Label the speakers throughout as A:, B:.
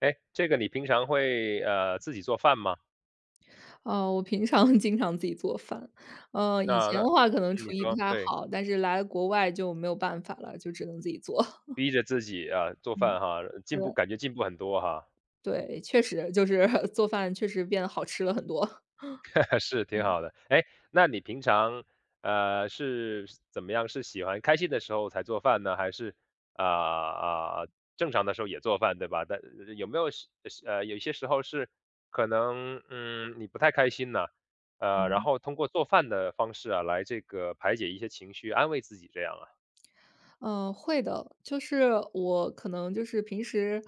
A: 哎，这个你平常会自己做饭吗？
B: 哦，我平常 经常自己做饭，以
A: 那
B: 前
A: 那
B: 的话可能
A: 嗯
B: 厨
A: 你
B: 艺不
A: 说
B: 太
A: 对，
B: 好，但是来国外就没有办法了，就只能自己做。
A: 逼着自己啊、做
B: 嗯。
A: 饭哈，
B: 对，
A: 感觉进步很多哈，
B: 对，确实就是 做饭确实变得好吃了很多。
A: 是挺好的。哎，那你平常是怎么样？是喜欢开心的时候才做饭呢，还是啊啊、正常的时候也做饭对吧？但有没有是有一些时候是可能你不太开心呢、然
B: 嗯。
A: 后通过做饭的方式啊来这个排解一些情绪，安慰自己这样啊？
B: 嗯，会的，就是我可能就是平时，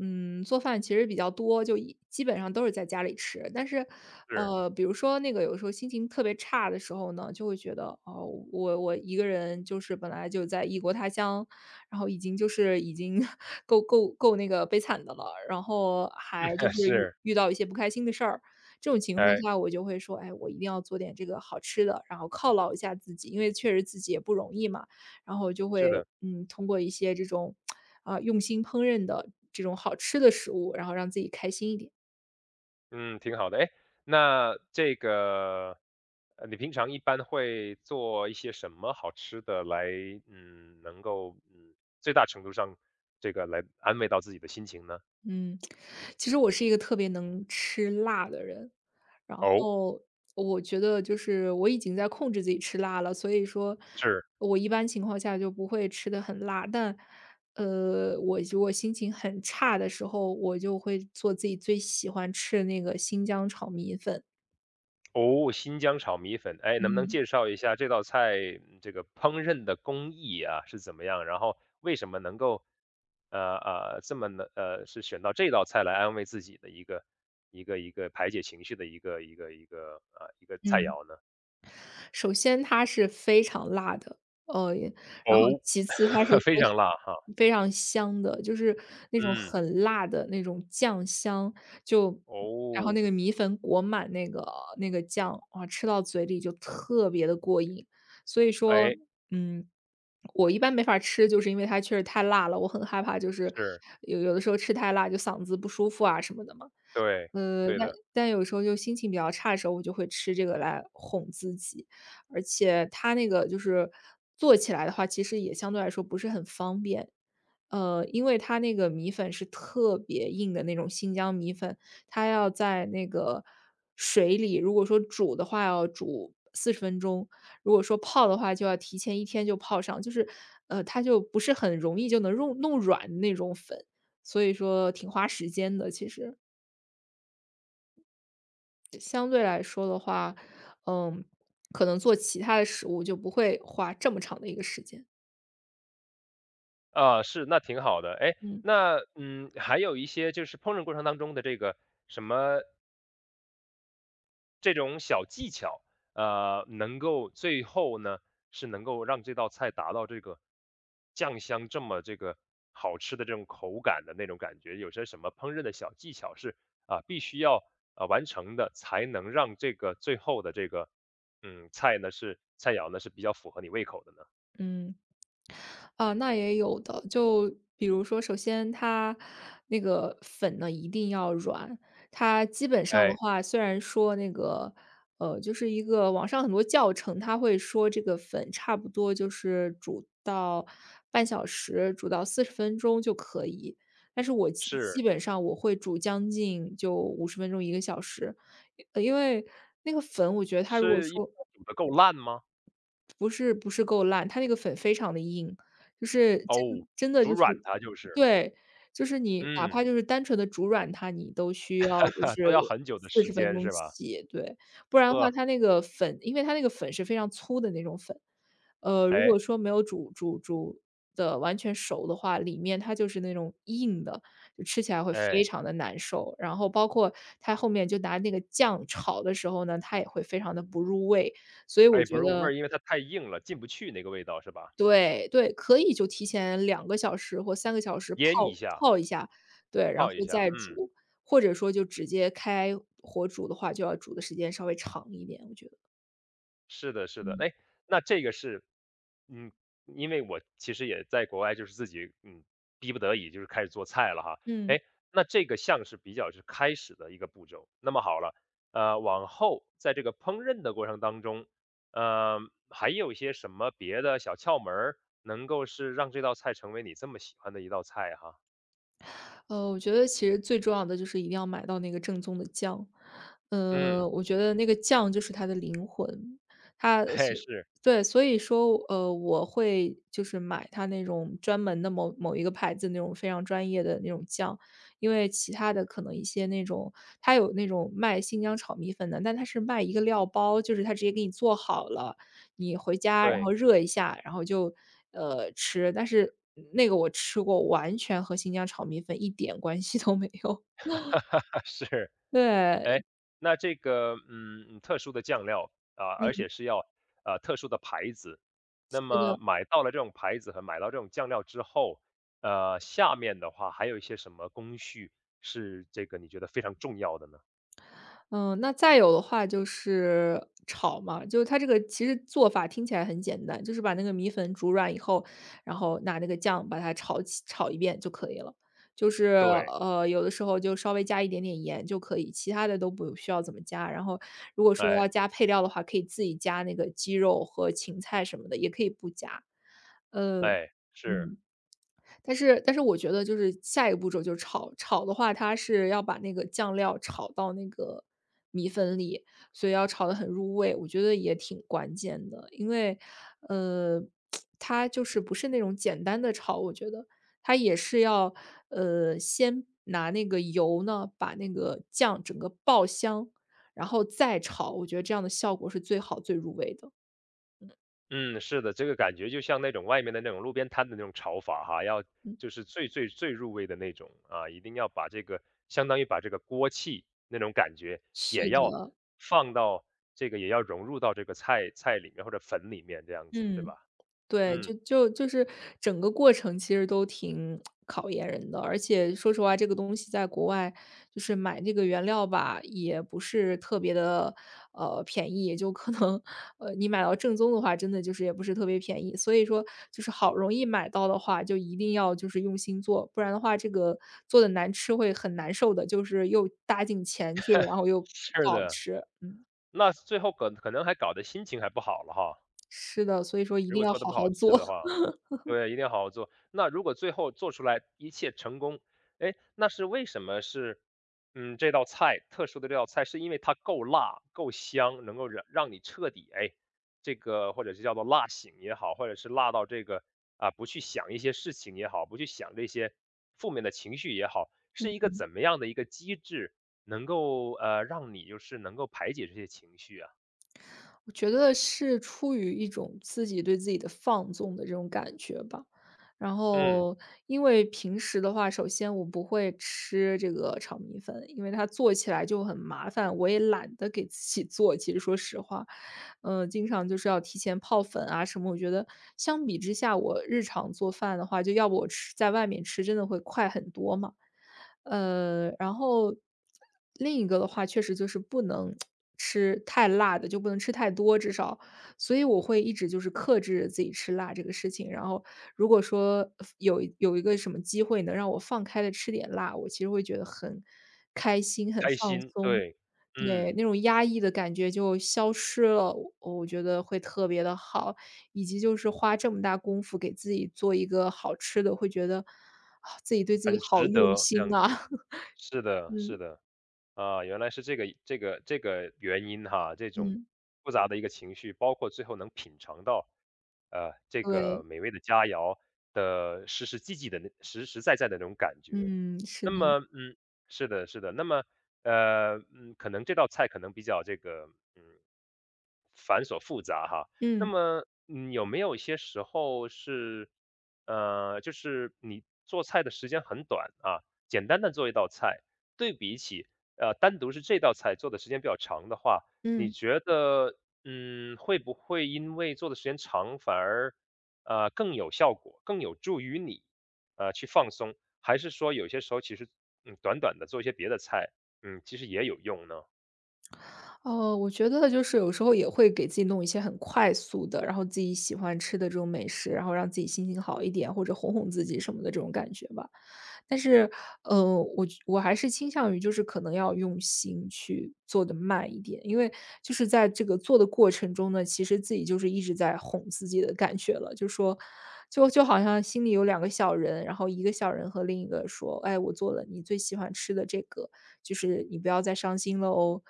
B: 做饭其实比较多，就基本上都是在家里吃。但是，
A: 是。
B: 比如说那个有时候心情特别差的时候呢，就会觉得哦，我一个人就是本来就在异国他乡，然后已经 够那个悲惨的了，然后还就 是遇
A: 是。
B: 遇到一些不开心的事儿，这种情况
A: 哎，
B: 下我就会说，哎，我一定要做点这个好吃的，然后犒劳一下自己，因为确实自己也不容易嘛。然后就
A: 是
B: 会，
A: 的，
B: 通过一些这种，用心烹饪的这种好吃的食物，然后让自己开心一点。
A: 嗯，挺好的。哎，那这个，你平常一般会做一些什么好吃的来，嗯，能够，嗯，最大程度上这个来安慰到自己的心情呢？
B: 嗯，其实我是一个特别能吃辣的人，然
A: 哦，
B: 后我觉得就是我已经在控制自己吃辣了，所以说
A: 是。
B: 我一般情况下就不会吃的很辣，但，我如果心情很差的时候，我就会做自己最喜欢吃的那个新疆炒米粉。
A: 哦，新疆炒米粉，哎，能不能
B: 嗯。
A: 介绍一下这道菜这个烹饪的工艺啊是怎么样？然后为什么能够，这么能是选到这道菜来安慰自己的一个排解情绪的一个啊、一个菜
B: 嗯。
A: 肴呢？
B: 首先它是非常辣的，然后
A: 哦，
B: 其次它是
A: 非常辣哈，
B: 非常香的，就是那种
A: 嗯，
B: 很辣的那种酱香，就然后那
A: 哦，
B: 个米粉裹满那个酱，啊，吃到嘴里就特别的过瘾。所以说，
A: 哎，
B: 嗯，我一般没法吃，就是因为它确实太辣了，我很害怕就是
A: 是，
B: 有的时候吃太辣就嗓子不舒服啊什么的嘛。
A: 对，
B: 呃，
A: 对
B: 但
A: 的。
B: 但有时候就心情比较差的时候，我就会吃这个来哄自己。而且它那个就是做起来的话，其实也相对来说不是很方便。因为它那个米粉是特别硬的那种新疆米粉，它要在那个水里，如果说煮的话要煮四十分钟，如果说泡的话就要提前一天就泡上，就是它就不是很容易就能弄软的那种粉，所以说挺花时间的，其实。相对来说的话，嗯，可能做其他的食物就不会花这么长的一个时间。
A: 啊，是，那挺好的。哎，
B: 嗯。
A: 那嗯，还有一些就是烹饪过程当中的这个什么这种小技巧，能够最后呢是能够让这道菜达到这个酱香这么这个好吃的这种口感的那种感觉。有些什么烹饪的小技巧是啊，必须要完成的，才能让这个最后的这个菜呢是菜肴呢是比较符合你胃口的呢？
B: 嗯。啊，那也有的。就比如说，首先它那个粉呢一定要软，它基本上的
A: 哎，
B: 话，虽然说那个就是一个网上很多教程，它会说这个粉差不多就是煮到半小时，煮到四十分钟就可以。但是我基基
A: 是
B: 本上我会煮将近就50分钟1个小时，因为那个粉，我觉得它如果
A: 是因
B: 说
A: 为煮的够烂吗？
B: 不是不是够烂，它那个粉非常的硬，就是
A: 哦，
B: 真的
A: 煮
B: 就是
A: 软它就是，
B: 对，就是你哪
A: 嗯，
B: 怕就是单纯的煮软它，你都需要就 是
A: 都要很久的
B: 四
A: 时
B: 十分
A: 间
B: 钟
A: 是吧？
B: 起，对。不然的
A: 呃，
B: 话它那个粉因为它那个粉是非常粗的那种粉，如
A: 哎
B: 果说没有煮的完全熟的话，里面它就是那种硬的，就吃起来会非
A: 哎。
B: 常的难受。然后包括它后面就拿那个酱炒的时候呢，它也会非常的不入味，所以我
A: 哎，不
B: 觉
A: 入
B: 得
A: 味儿，因为它太硬了，进不去那个味道是吧？
B: 对对，可以就提前两个小时或3个小时
A: 腌一
B: 泡
A: 下，
B: 泡一下，对，然
A: 泡一
B: 后
A: 下，
B: 再
A: 嗯，
B: 煮，或者说就直接开火煮的话，就要煮的时间稍微长一点，我觉得，
A: 是的，是的。
B: 嗯。
A: 哎，那这个是，嗯，因为我其实也在国外，就是自己，嗯，逼不得已就是开始做菜了哈。
B: 嗯。
A: 哎，那这个像是比较是开始的一个步骤。那么好了，往后在这个烹饪的过程当中，呃，还有一些什么别的小窍门儿，能够是让这道菜成为你这么喜欢的一道菜哈？
B: 我觉得其实最重要的就是一定要买到那个正宗的酱，
A: 嗯，
B: 我觉得那个酱就是它的灵魂，它
A: 嘿，
B: 所
A: 是，
B: 对，所以说，我会就是买它那种专门的某某一个牌子那种非常专业的那种酱，因为其他的可能一些那种，它有那种卖新疆炒米粉的，但它是卖一个料包，就是它直接给你做好了，你回家然
A: 对，
B: 后热一下，然后就，吃。但是那个我吃过，完全和新疆炒米粉一点关系都没有。
A: 是。
B: 对，
A: 哎，那这个，嗯，特殊的酱料啊，而
B: 嗯，
A: 且是要特殊的牌子。
B: 是
A: 那么
B: 的。
A: 买到了这种牌子和买到这种酱料之后，下面的话还有一些什么工序是这个你觉得非常重要的呢？
B: 嗯，那再有的话就是炒嘛，就是它这个其实做法听起来很简单，就是把那个米粉煮软以后，然后拿那个酱把它炒起炒一遍就可以了。就是
A: 对，
B: 有的时候就稍微加一点点盐就可以，其他的都不需要怎么加。然后如果说
A: 哎，
B: 要加配料的话，可以自己加那个鸡肉和芹菜什么的，也可以不加。呃，
A: 是。
B: 但是我觉得就是下一个步骤就是炒，炒的话它是要把那个酱料炒到那个米粉里，所以要炒得很入味，我觉得也挺关键的。因为，呃，它就是不是那种简单的炒，我觉得它也是要，先拿那个油呢，把那个酱整个爆香，然后再炒，我觉得这样的效果是最好、最入味的。
A: 嗯，是的，这个感觉就像那种外面的那种路边摊的那种炒法哈，要
B: 嗯。
A: 就是最入味的那种啊，一定要把这个相当于把这个锅气那种感觉
B: 是
A: 也要
B: 的，
A: 放到这个也要融入到这个菜里面或者粉里面这样子，对
B: 嗯。
A: 吧？
B: 对，就
A: 嗯，
B: 就就是整个过程其实都挺考验人的，而且说实话，这个东西在国外就是买这个原料吧，也不是特别的便宜，就可能你买到正宗的话，真的就是也不是特别便宜。所以说，就是好容易买到的话，就一定要就是用心做，不然的话，这个做的难吃会很难受的，就是又搭进钱去，然后又不
A: 是
B: 好
A: 的，
B: 吃。嗯，
A: 那最后可能还搞得心情还不好了哈，
B: 是的，所以说一
A: 如
B: 定
A: 果
B: 要
A: 做的
B: 好
A: 不
B: 好
A: 好吃
B: 做。
A: 的话。对，一定要好好做。那如果最后做出来一切成功，哎，那是为什么是，嗯，这道菜是因为它够辣、够香，能够让你彻底哎，这个或者是叫做辣醒也好，或者是辣到这个啊不去想一些事情也好，不去想这些负面的情绪也好，是一个怎么样的一个机制能够让你就是能够排解这些情绪啊？
B: 我觉得是出于一种自己对自己的放纵的这种感觉吧。然
A: 嗯，
B: 后因为平时的话，首先我不会吃这个炒米粉，因为它做起来就很麻烦，我也懒得给自己 做，其实说实话。经常就是要提前泡粉啊什么，我觉得相比之下，我日常做饭的话，就要不我吃在外面吃真的会快很多嘛。然后另一个的话，确实就是不能 吃太辣的，就不能吃太多，至少，所以我会一直就是克制自己吃辣这个事情，然后如果说有一个什么机会能让我放开的吃点辣，我其实会觉得很开心、很
A: 开
B: 放
A: 心，
B: 松。
A: 对，
B: 对，
A: 嗯，
B: 那种压抑的感觉就消失了，我觉得会特别的好。以及就是花这么大功夫给自己做一个好吃的，会觉得，啊自己对自己
A: 很
B: 好
A: 值
B: 用
A: 得这
B: 心
A: 样
B: 啊。
A: 子。是 的，是
B: 嗯，
A: 的，啊，原来是这个原因哈，这种
B: 嗯，
A: 复杂的一个情绪，包括最后能品尝到，这
B: 对，
A: 个美味的佳肴的实实在在的那种感觉。
B: 嗯，是
A: 那
B: 的，
A: 么，嗯，是的，是的，那么，可能这道菜可能比较这个，嗯，好那
B: 嗯，
A: 么，嗯，有没有一些时候是，就是你做菜的时间很短啊，简单的做一道菜，对比起单独是这道菜做的时间比较长的话，你
B: 嗯。
A: 觉得，嗯，会不会因为做的时间长，反而更有效果，更有助于你去放松？还是说有些时候其实嗯短短的做一些别的菜，嗯，其实也有用呢？
B: 哦，我觉得就是有时候也会给自己弄一些很快速的，然后自己喜欢吃的这种美食，然后让自己心情好一点，或者哄哄自己什么的这种感觉吧。但是，我还是倾向于就是可能要用心去做的慢一点，因为就是在这个做的过程中呢，其实自己就是一直在哄自己的感觉了，就说。就好像心里有两个小人，然后一个小人和另一个说：“哎，我做了你最喜欢吃的这个，就是你不要再伤心了哦。”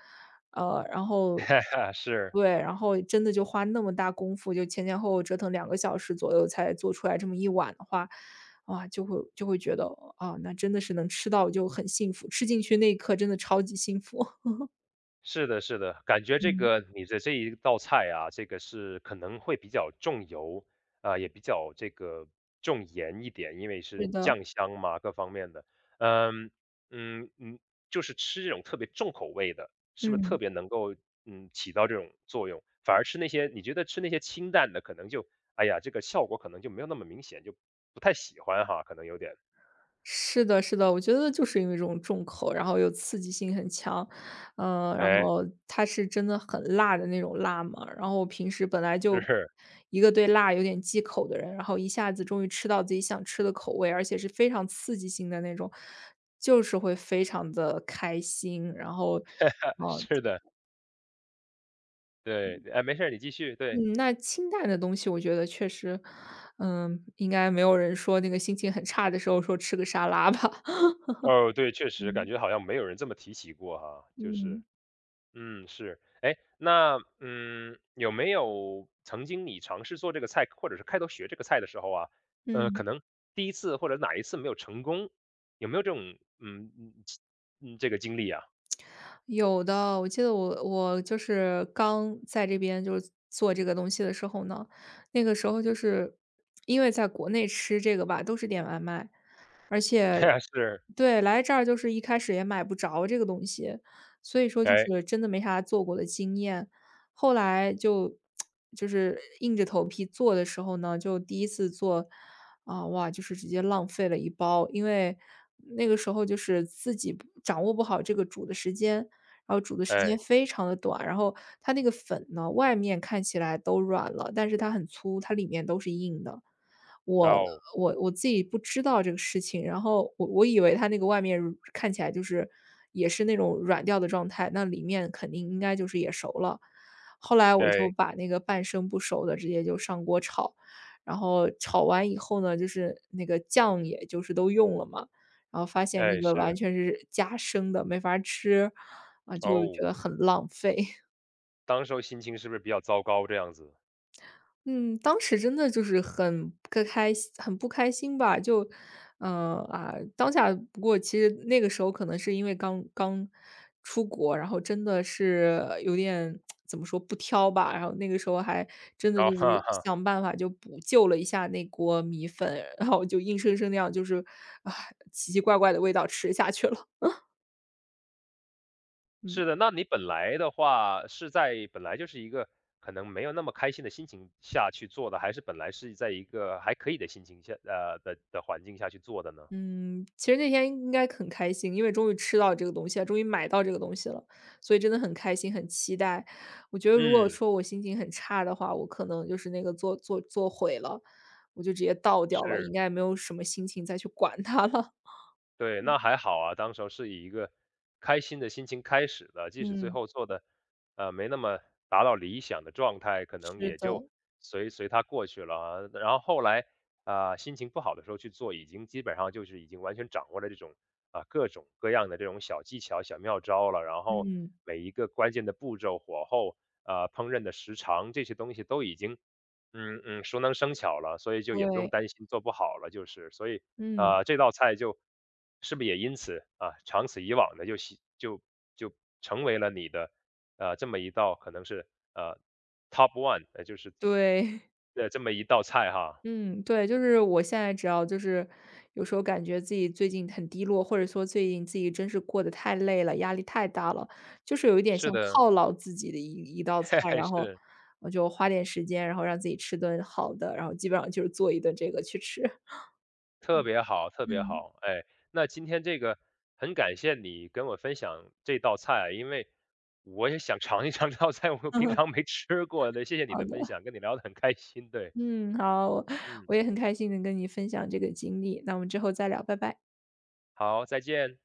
B: 然后
A: 是，
B: 对，然后真的就花那么大功夫，就前前后后折腾两个小时左右才做出来这么一碗的话，哇，就会觉得，啊，那真的是能吃到就很幸福，吃进去那一刻真的超级幸福。
A: 是的，是的，感觉这
B: 嗯，
A: 个你的这一道菜啊，这个是可能会比较重油，啊、也比较这个重盐一点，因为
B: 是
A: 是
B: 的，
A: 酱香嘛，各方面的。嗯嗯，就是吃这种特别重口味的，是不是特
B: 嗯。
A: 别能够嗯起到这种作用？反而吃那些你觉得吃那些清淡的，可能就哎呀，这个效果可能就没有那么明显，就不太喜欢哈，可能有点
B: 是的，是的，我觉得就是因为这种重口，然后又刺激性很强，嗯，然
A: 哎，
B: 后它是真的很辣的那种辣嘛。然后我平时本来
A: 就
B: 就
A: 是
B: 一个对辣有点忌口的人，然后一下子终于吃到自己想吃的口味，而且是非常刺激性的那种，就是会非常的开心。然后，哦，
A: 是的，对，哎，没事儿，你继续，对。
B: 嗯，那清淡的东西，我觉得确实，嗯，应该没有人说那个心情很差的时候说吃个沙拉吧。
A: 哦，对，确实感
B: 嗯
A: 觉好像没有人这么提起过哈，就是，
B: 嗯
A: 嗯，是，哎，那嗯，有没有曾经你尝试做这个菜，或者是开头学这个菜的时候啊，可
B: 嗯。
A: 能第一次或者哪一次没有成功，有没有这种嗯这个经历啊？
B: 有的，我记得我就是刚在这边就是做这个东西的时候呢，那个时候就是因为在国内吃这个吧，都是点外卖，而且
A: 是，
B: 对，来这儿就是一开始也买不着这个东西，所以说就
A: 哎
B: 是真的没啥做过的经验。后来就 就是硬着头皮做的时候呢，就第一次做，啊，哇，就是直接浪费了一包，因为那个时候就是自己不掌握不好这个煮的时间，然后煮的时间
A: 哎
B: 非常的短，然后它那个粉呢，外面看起来都软了，但是它很粗，它里面都是硬的。我
A: 哦，
B: 我自己不知道这个事情，然后我以为它那个外面如看起来就是也是那种软掉的状态，那里面肯定应该就是也熟了。后来我就
A: 哎
B: 把那个半生不熟的直接就上锅炒，然后炒完以后呢，就是那个酱也就是都用了嘛，然后发现那个完
A: 是
B: 全是加生的，没法吃，啊，就觉
A: 哦，
B: 得很浪费。
A: 当时候心情是不是比较糟糕这样子？
B: 嗯，当时真的就是很不开心很不开心吧，就，啊，当下不过其实那个时候可能是因为刚刚出国，然后真的是有点怎么说，不挑吧，然后那个时候还真的就
A: 然后
B: 是
A: 哈哈。
B: 想办法就补救了一下那锅米粉，然后就硬生生那样就是，啊，奇奇怪怪的味道吃下去了，嗯。
A: 是的，那你本来的话是在就是一个可能没有那么开心的心情下去做的，还是本来是在一个还可以的心情下的环境下去做的呢？
B: 嗯，其实那天应该很开心，因为终于吃到这个东西了，终于买到这个东西了，所以真的很开心，很期待。我觉得如果
A: 嗯，
B: 说我心情很差的话，我可能就是那个做做做毁了，我就直接倒掉了，应
A: 是。
B: 该也没有什么心情再去管它了。
A: 对，那还好啊，当时候是以一个开心的心情开始的，即使最
B: 嗯，
A: 后做的，没那么达到理想的状态，可能
B: 是
A: 也
B: 的，
A: 就随它过去了啊然后后来，啊、心情不好的时候去做，已经基本上就是已经完全掌握了这种啊、各种各样的这种小技巧、小妙招了。然后
B: 嗯，
A: 每一个关键的步骤、火候、啊、烹饪的时长这些东西都已经，嗯嗯，熟能生巧了，所以就也不用
B: 对，
A: 担心做不好了，就是所以。
B: 嗯，
A: 啊，这道菜就是不是也因此啊，长此以往的就习就就成为了你的啊这么一道可能是啊 top one，就是
B: 对。
A: 这么一道菜哈。
B: 嗯，对，就是我现在只要就是有时候感觉自己最近很低落，或者说最近自己真是过得太累了，压力太大了，就是有一点
A: 是
B: 像
A: 的，
B: 犒劳自己的一一 道菜，
A: 嘿嘿，
B: 然后
A: 是
B: 我就花点时间，然后让自己吃顿好的，然后基本上就是做一顿这个去吃。
A: 特别好，特别
B: 嗯，
A: 好。哎，那今天这个很感谢你跟我分享这道菜，因为我也想尝一尝这道菜，我平常 没吃过的。谢谢你
B: 好
A: 的分
B: 的，
A: 享，跟你聊得很开心。对，
B: 嗯，好，我
A: 嗯，
B: 我也很开心能跟你分享这个经历，那我们之后再聊，拜拜。
A: 好，再见。